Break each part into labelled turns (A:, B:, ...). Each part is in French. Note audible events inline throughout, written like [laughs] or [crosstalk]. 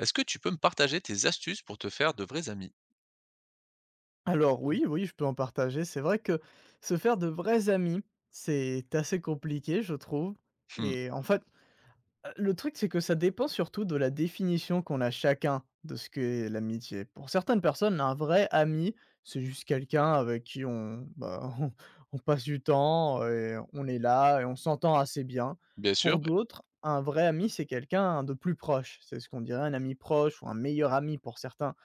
A: Est-ce que tu peux me partager tes astuces pour te faire de vrais amis?
B: Alors oui, oui, je peux en partager. C'est vrai que se faire de vrais amis, c'est assez compliqué, je trouve.
A: Mmh,
B: Et en fait, le truc, c'est que ça dépend surtout de la définition qu'on a chacun de ce qu'est l'amitié. Pour certaines personnes, un vrai ami, c'est juste quelqu'un avec qui [laughs] on passe du temps et on est là et on s'entend assez bien.
A: bien
B: Pour
A: sûr,
B: d'autres, un vrai ami, c'est quelqu'un de plus proche. C'est ce qu'on dirait un ami proche ou un meilleur ami pour certains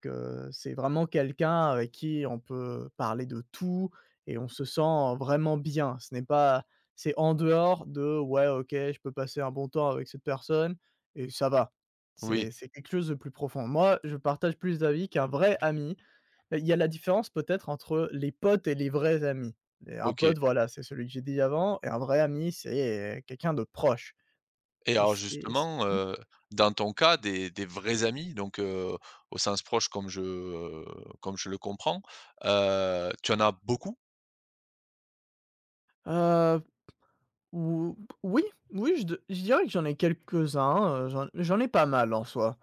B: que c'est vraiment quelqu'un avec qui on peut parler de tout et on se sent vraiment bien. Ce n'est pas C'est en dehors de: «Ouais, OK, je peux passer un bon temps avec cette personne et ça va».
A: oui,
B: C'est quelque chose de plus profond. Moi, je partage plus d'avis qu'un vrai ami. Bah, il y a la différence peut-être entre les potes et les vrais amis. Et un
A: OK.
B: pote, voilà, c'est celui que j'ai dit avant et un vrai ami, c'est quelqu'un de proche
A: Et
B: et
A: alors
B: c'est
A: justement,
B: mmh?
A: dans ton cas, des vrais amis, au sens proche comme je le comprends, tu en as beaucoup?
B: Heu Ou oui, oui, je dirais que j'en ai quelques-uns, j'en ai pas mal en soi.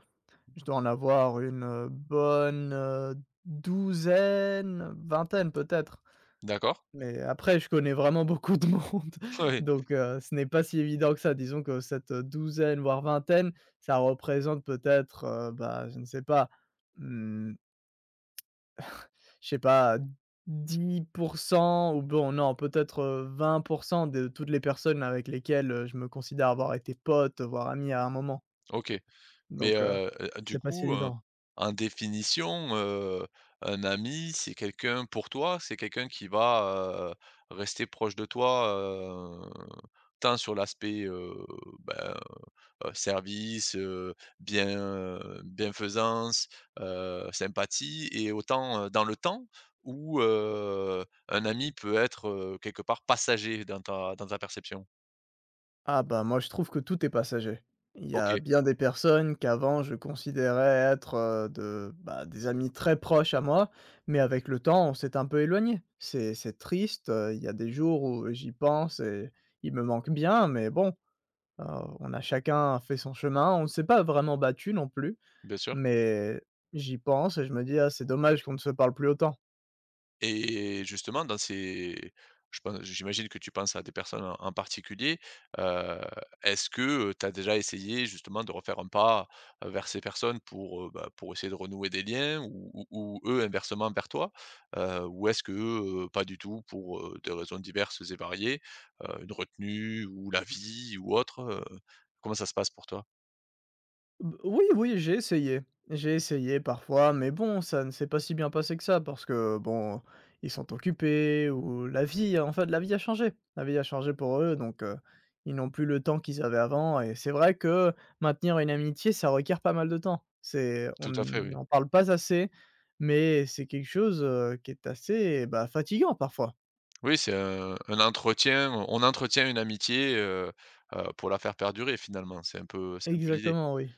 B: Je dois en avoir une, bonne, douzaine, vingtaine peut-être.
A: D'accord.
B: Mais après je connais vraiment [laughs] beaucoup de monde [laughs]
A: [laughs] Oui,
B: donc ce n'est pas si évident que ça. Disons que cette douzaine voire vingtaine, ça représente peut-être, bah, je ne sais pas, mmh je sais pas, 10 ou bon, non, peut-être, 20 de toutes les personnes avec lesquelles, je me considère avoir été pote, voire ami à un moment.
A: OK. Mais
B: Donc
A: du
B: c'est pas si
A: coup,
B: évident.
A: en définition, un ami, c'est quelqu'un pour toi, c'est quelqu'un qui va, rester proche de toi, tant sur l'aspect, ben, service, bien, bienfaisance, sympathie et autant, dans le temps où, un ami peut être, quelque part passager dans ta perception.
B: Ah bah, moi, je trouve que tout est passager. Il y a
A: OK,
B: bien des personnes qu'avant je considérais être, de bah, des amis très proches à moi, mais avec le temps, on s'est un peu éloigné. C'est triste, il y a des jours où j'y pense et il me manque bien, mais bon. Heu, on a chacun fait son chemin, on ne s'est pas vraiment battu non plus,
A: bien sûr.
B: mais j'y pense et je me dis: «Ah c'est dommage qu'on ne se parle plus autant».
A: Et justement, dans ces je pense j'imagine que tu penses à des personnes en particulier, heu, est-ce que tu as déjà essayé justement de refaire un pas, vers ces personnes pour, bah, pour essayer de renouer des liens ou ou eux inversement vers toi? Ou est-ce que, pas du tout pour, des raisons diverses et variées, une retenue ou la vie ou autre, comment ça se passe pour toi?
B: B Oui, oui, j'ai essayé. J'ai essayé parfois, mais bon, ça ne s'est pas si bien passé que ça parce que, bon, ils sont occupés ou la vie en fait, la vie a changé. La vie a changé pour eux, donc ils n'ont plus le temps qu'ils avaient avant et c'est vrai que maintenir une amitié, ça requiert pas mal de temps. C'est on
A: Tout à fait, oui.
B: n'en parle pas assez, mais c'est quelque chose, qui est assez, bah, fatigant parfois.
A: Oui, c'est un entretien, on entretient une amitié, pour la faire perdurer finalement, c'est un peu l'idée.
B: Exactement, oui.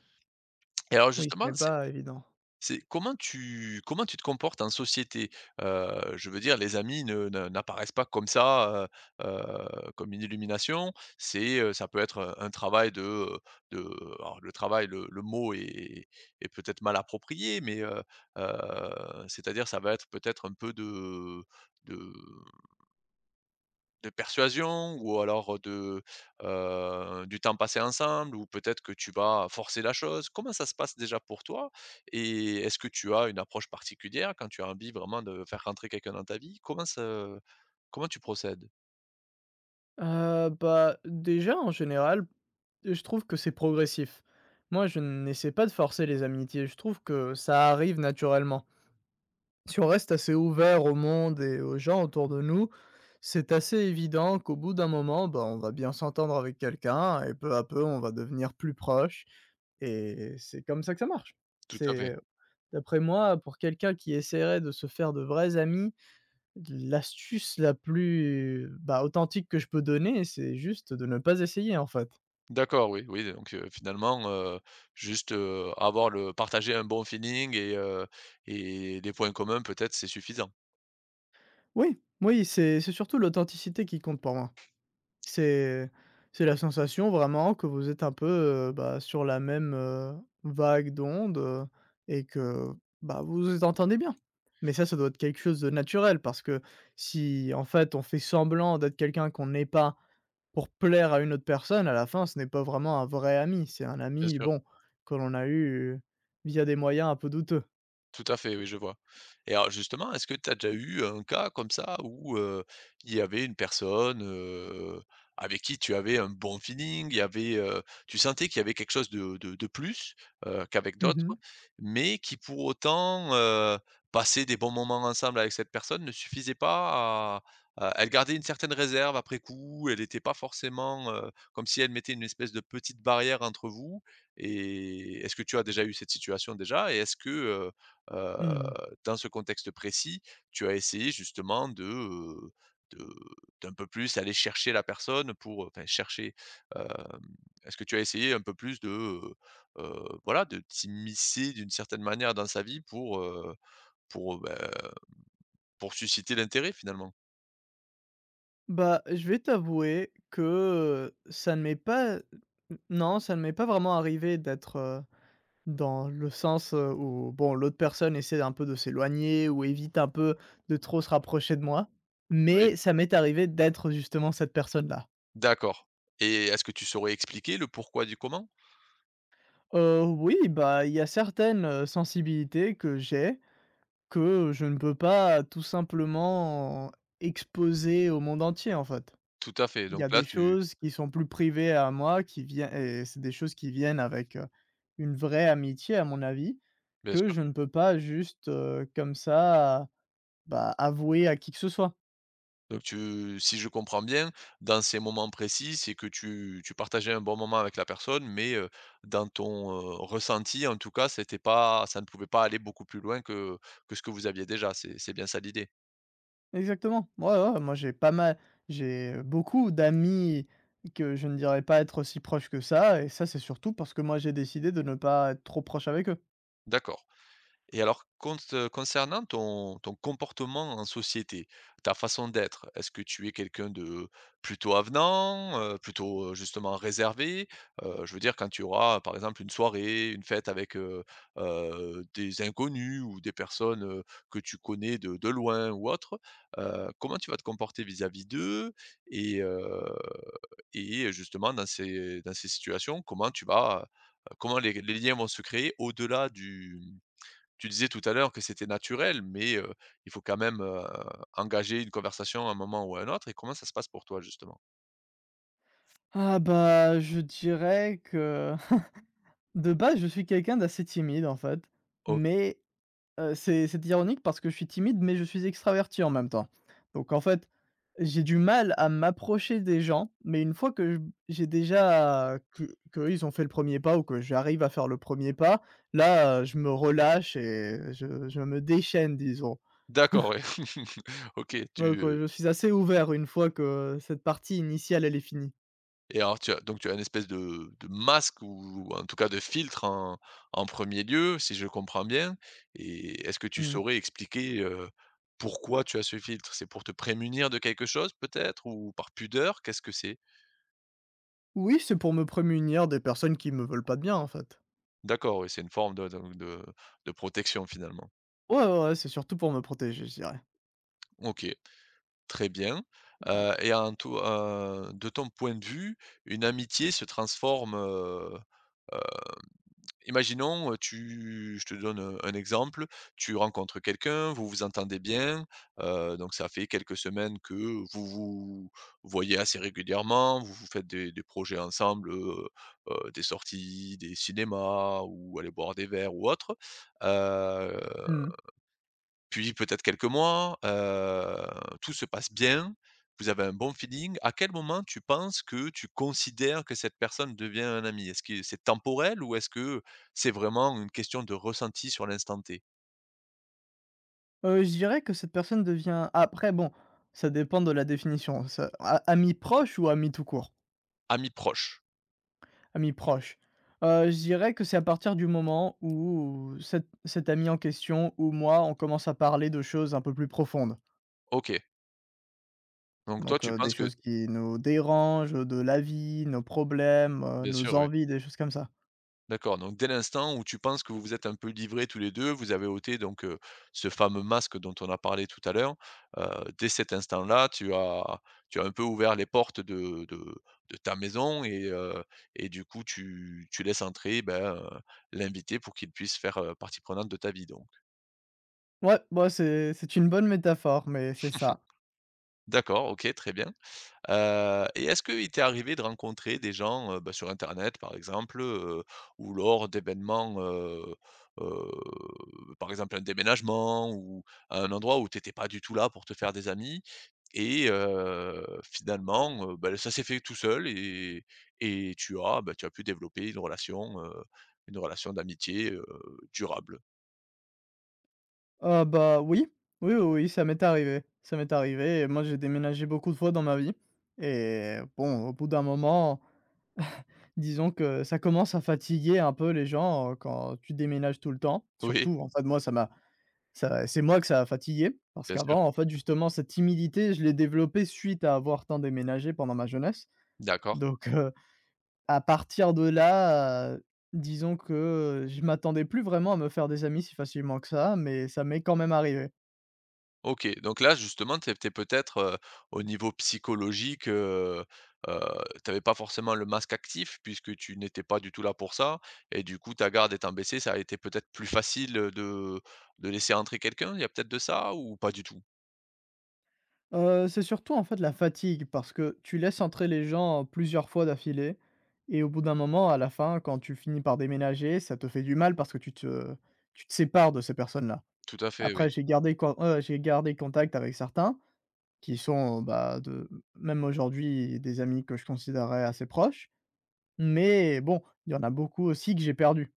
A: Et alors
B: Oui, ce
A: justement,
B: n'est
A: c'est
B: pas évident.
A: c'est comment tu te comportes en société? Je veux dire les amis ne n'apparaissent pas comme ça, comme une illumination. C'est, ça peut être, un travail de, heu, de alors le travail, le mot est peut-être mal approprié, mais c'est-à-dire ça va être peut-être un peu de de persuasion ou alors de, du temps passé ensemble ou peut-être que tu vas forcer la chose? Comment ça se passe déjà pour toi? Et est-ce que tu as une approche particulière quand tu as envie vraiment de faire rentrer quelqu'un dans ta vie? Comment tu procèdes?
B: Bah, déjà, en général, je trouve que c'est progressif. Moi, je n'essaie pas de forcer les amitiés, je trouve que ça arrive naturellement. Si on reste assez ouvert au monde et aux gens autour de nous, c'est assez évident qu'au bout d'un moment, bah, on va bien s'entendre avec quelqu'un et peu à peu, on va devenir plus proches et c'est comme ça que ça marche.
A: Tout à fait.
B: C'est, d'après moi, pour quelqu'un qui essaierait de se faire de vrais amis, l'astuce la plus, bah, authentique que je peux donner, c'est juste de ne pas essayer, en fait.
A: D'accord, oui, oui, finalement, juste, avoir le partager un bon feeling et des points communs peut-être, c'est suffisant?
B: Oui, oui, c'est surtout l'authenticité qui compte pour moi. C'est c'est la sensation vraiment que vous êtes un peu, bah, sur la même, vague d'ondes, et que, bah, vous vous entendez bien. Mais ça doit être quelque chose de naturel parce que si, en fait, on fait semblant d'être quelqu'un qu'on n'est pas pour plaire à une autre personne, à la fin, ce n'est pas vraiment un vrai ami. C'est un
A: Bien
B: ami,
A: sûr.
B: bon, que l'on a eu via des moyens un peu douteux.
A: Tout à fait, oui, je vois. Et alors justement, est-ce que tu as déjà eu un cas comme ça où, il y avait une personne, avec qui tu avais un bon feeling, il y avait, tu sentais qu'il y avait quelque chose de plus, qu'avec d'autres,
B: Mmh.
A: mais qui pour autant, passer des bons moments ensemble avec cette personne ne suffisait pas à elle gardait une certaine réserve après coup, elle n'était pas forcément, comme si elle mettait une espèce de petite barrière entre vous et est-ce que tu as déjà eu cette situation déjà? Et est-ce que,
B: Mmh.
A: dans ce contexte précis, tu as essayé justement de, de d'un peu plus aller chercher la personne pour, enfin chercher, hem, est-ce que tu as essayé un peu plus de, voilà, de t'immiscer d'une certaine manière dans sa vie pour, ben, pour susciter l'intérêt finalement?
B: Bah, je vais t'avouer que, ça ne m'est pas non, ça ne m'est pas vraiment arrivé d'être, dans le sens, où bon, l'autre personne essaie un peu de s'éloigner ou évite un peu de trop se rapprocher de moi,
A: Oui.
B: mais ça m'est arrivé d'être justement cette personne-là.
A: D'accord et est-ce que tu saurais expliquer le pourquoi du comment?
B: Oui, bah, il y a certaines, sensibilités que j'ai, que je ne peux pas tout simplement exposer au monde entier, en fait.
A: Tout à fait,
B: Il y a
A: donc
B: des
A: là tu
B: choses qui sont plus privées à moi, qui viennent et c'est des choses qui viennent avec, une vraie amitié à mon avis,
A: bien
B: que
A: sûr.
B: je ne peux pas juste, comme ça, bah, avouer à qui que ce soit.
A: Donc tu si je comprends bien, dans ces moments précis, c'est que tu partageais un bon moment avec la personne, mais, dans ton, ressenti, en tout cas, c'était pas ça ne pouvait pas aller beaucoup plus loin que ce que vous aviez déjà. C'est bien ça l'idée?
B: Exactement. Ouais, ouais, ouais, moi j'ai pas mal j'ai beaucoup d'amis que je ne dirais pas être aussi proche que ça et ça c'est surtout parce que moi j'ai décidé de ne pas être trop proche avec eux.
A: D'accord. Et alors, cons concernant ton comportement en société, ta façon d'être, est-ce que tu es quelqu'un de plutôt avenant, plutôt, justement réservé? Je veux dire quand tu auras, par exemple, une soirée, une fête avec, des inconnus ou des personnes, que tu connais de loin ou autre, comment tu vas te comporter vis-à-vis d'eux? Et heu et justement dans ces situations, comment tu vas, comment les liens vont se créer au-delà du tu disais tout à l'heure que c'était naturel, mais il faut quand même, engager une conversation à un moment ou à un autre et comment ça se passe pour toi justement?
B: Ah bah, je dirais que [laughs] de base je suis quelqu'un d'assez timide en fait,
A: O
B: mais c'est ironique parce que je suis timide, mais je suis extraverti en même temps. Donc en fait, j'ai du mal à m'approcher des gens, mais une fois que je j'ai déjà que qu'eux, ils ont fait le premier pas ou que j'arrive à faire le premier pas, là, je me relâche et je me déchaîne, disons.
A: d'accord, ouais. [laughs] OK,
B: Donc
A: tu
B: je suis assez ouvert une fois que cette partie initiale, elle est finie.
A: et alors tu as donc tu as une espèce de masque ou en tout cas de filtre en 1 lieu, si je comprends bien et est-ce que tu
B: Mmh.
A: saurais expliquer, pourquoi tu as ce filtre? C'est pour te prémunir de quelque chose peut-être ou par pudeur? Qu'est-ce que c'est?
B: Oui, c'est pour me prémunir des personnes qui me veulent pas de bien, en fait.
A: D'accord, oui, c'est une forme de donc de protection finalement.
B: Ouais, ouais, ouais, c'est surtout pour me protéger, je dirais.
A: OK. Très bien.
B: Ouais.
A: Et en tout de ton point de vue, une amitié se transforme, heu, imaginons, tu je te donne, un exemple, tu rencontres quelqu'un, vous vous entendez bien, donc ça fait quelques semaines que vous vous voyez assez régulièrement, vous vous faites des projets ensemble, des sorties, des cinémas ou aller boire des verres ou autre, heu
B: Mmh.
A: puis peut-être quelques mois, tout se passe bien, vous avez un bon feeling. À quel moment tu penses que tu considères que cette personne devient un ami? Est-ce que c'est temporel ou est-ce que c'est vraiment une question de ressenti sur l'instant T?
B: Je dirais que cette personne devient après bon, ça dépend de la définition, ça a ami proche ou ami tout court?
A: Ami proche,
B: Ami proche. Je dirais que c'est à partir du moment où cet ami en question ou moi, on commence à parler de choses un peu plus profondes.
A: OK. Donc toi,
B: Donc,
A: tu
B: heu, des
A: penses que
B: choses qui nous dérangent, de la vie, nos problèmes,
A: bien
B: nos
A: sûr, oui.
B: envies, des choses comme ça.
A: D'accord, donc dès l'instant où tu penses que vous vous êtes un peu livrés tous les 2, vous avez ôté donc, ce fameux masque dont on a parlé tout à l'heure. Heu, Dès cet instant-là, tu as un peu ouvert les portes de ta maison et du coup tu laisses entrer, ben, l'invité pour qu'il puisse faire, partie prenante de ta vie donc.
B: Ouais, bah, c'est une bonne métaphore, mais c'est ça.
A: D'accord, OK, très bien. Et est-ce qu'il t'est arrivé de rencontrer des gens, bah, sur internet par exemple, ou lors d'événements, heu, par exemple un déménagement ou un endroit où tu étais pas du tout là pour te faire des amis et finalement, bah, ça s'est fait tout seul et tu as, bah, tu as pu développer une relation d'amitié, durable?
B: Ah bah oui, oui, oui, oui, ça m'est arrivé et moi j'ai déménagé beaucoup de fois dans ma vie et bon, au bout d'un moment, disons que ça commence à fatiguer un peu les gens, quand tu déménages tout le temps.
A: Oui,
B: Surtout, en fait, moi ça m'a ça c'est moi que ça a fatigué parce
A: bien sûr.
B: qu'avant, en fait, justement, cette timidité, je l'ai développée suite à avoir tant déménagé pendant ma jeunesse.
A: D'accord.
B: Donc à partir de là, disons que, je m'attendais plus vraiment à me faire des amis si facilement que ça, mais ça m'est quand même arrivé.
A: OK, donc là justement, tu étais peut-être, au niveau psychologique, tu avais pas forcément le masque actif puisque tu n'étais pas du tout là pour ça et du coup ta garde étant baissée, ça a été peut-être plus facile, de laisser entrer quelqu'un? Il y a peut-être de ça ou pas du tout?
B: C'est surtout, en fait, la fatigue parce que tu laisses entrer les gens plusieurs fois d'affilée et au bout d'un moment, à la fin, quand tu finis par déménager, ça te fait du mal parce que tu te sépares de ces personnes-là.
A: Tout à fait, oui.
B: Après, j'ai gardé contact avec certains qui sont, bah, de même aujourd'hui, des amis que je considérais assez proches, mais bon, il y en a beaucoup aussi que j'ai perdu.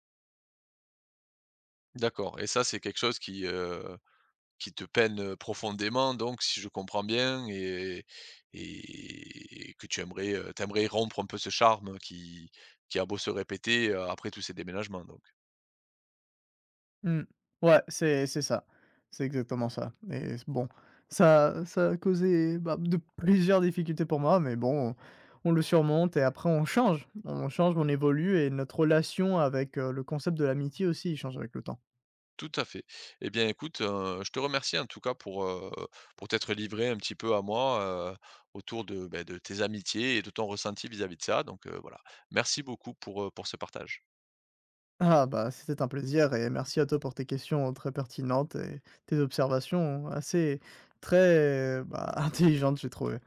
A: D'accord et ça, c'est quelque chose qui te peine, profondément donc si je comprends bien et que tu aimerais, tu rompre un peu ce charme qui a beau se répéter, après tous ces déménagements donc?
B: Mmh. Ouais, c'est ça. C'est exactement ça et c bon, ça a causé, bah, de plusieurs difficultés pour moi, mais bon, on le surmonte et après on change. On change, on évolue et notre relation avec, le concept de l'amitié aussi, il change avec le temps.
A: Tout à fait. Eh bien, écoute, je te remercie en tout cas pour t'être livré un petit peu à moi, heu, autour de, beh, de tes amitiés et de ton ressenti vis-à-vis de ça. Donc, voilà. Merci beaucoup pour ce partage.
B: Ah bah, c'était un plaisir et merci à toi pour tes questions très pertinentes et tes observations assez très, bah, [laughs] intelligentes, j'ai trouvé.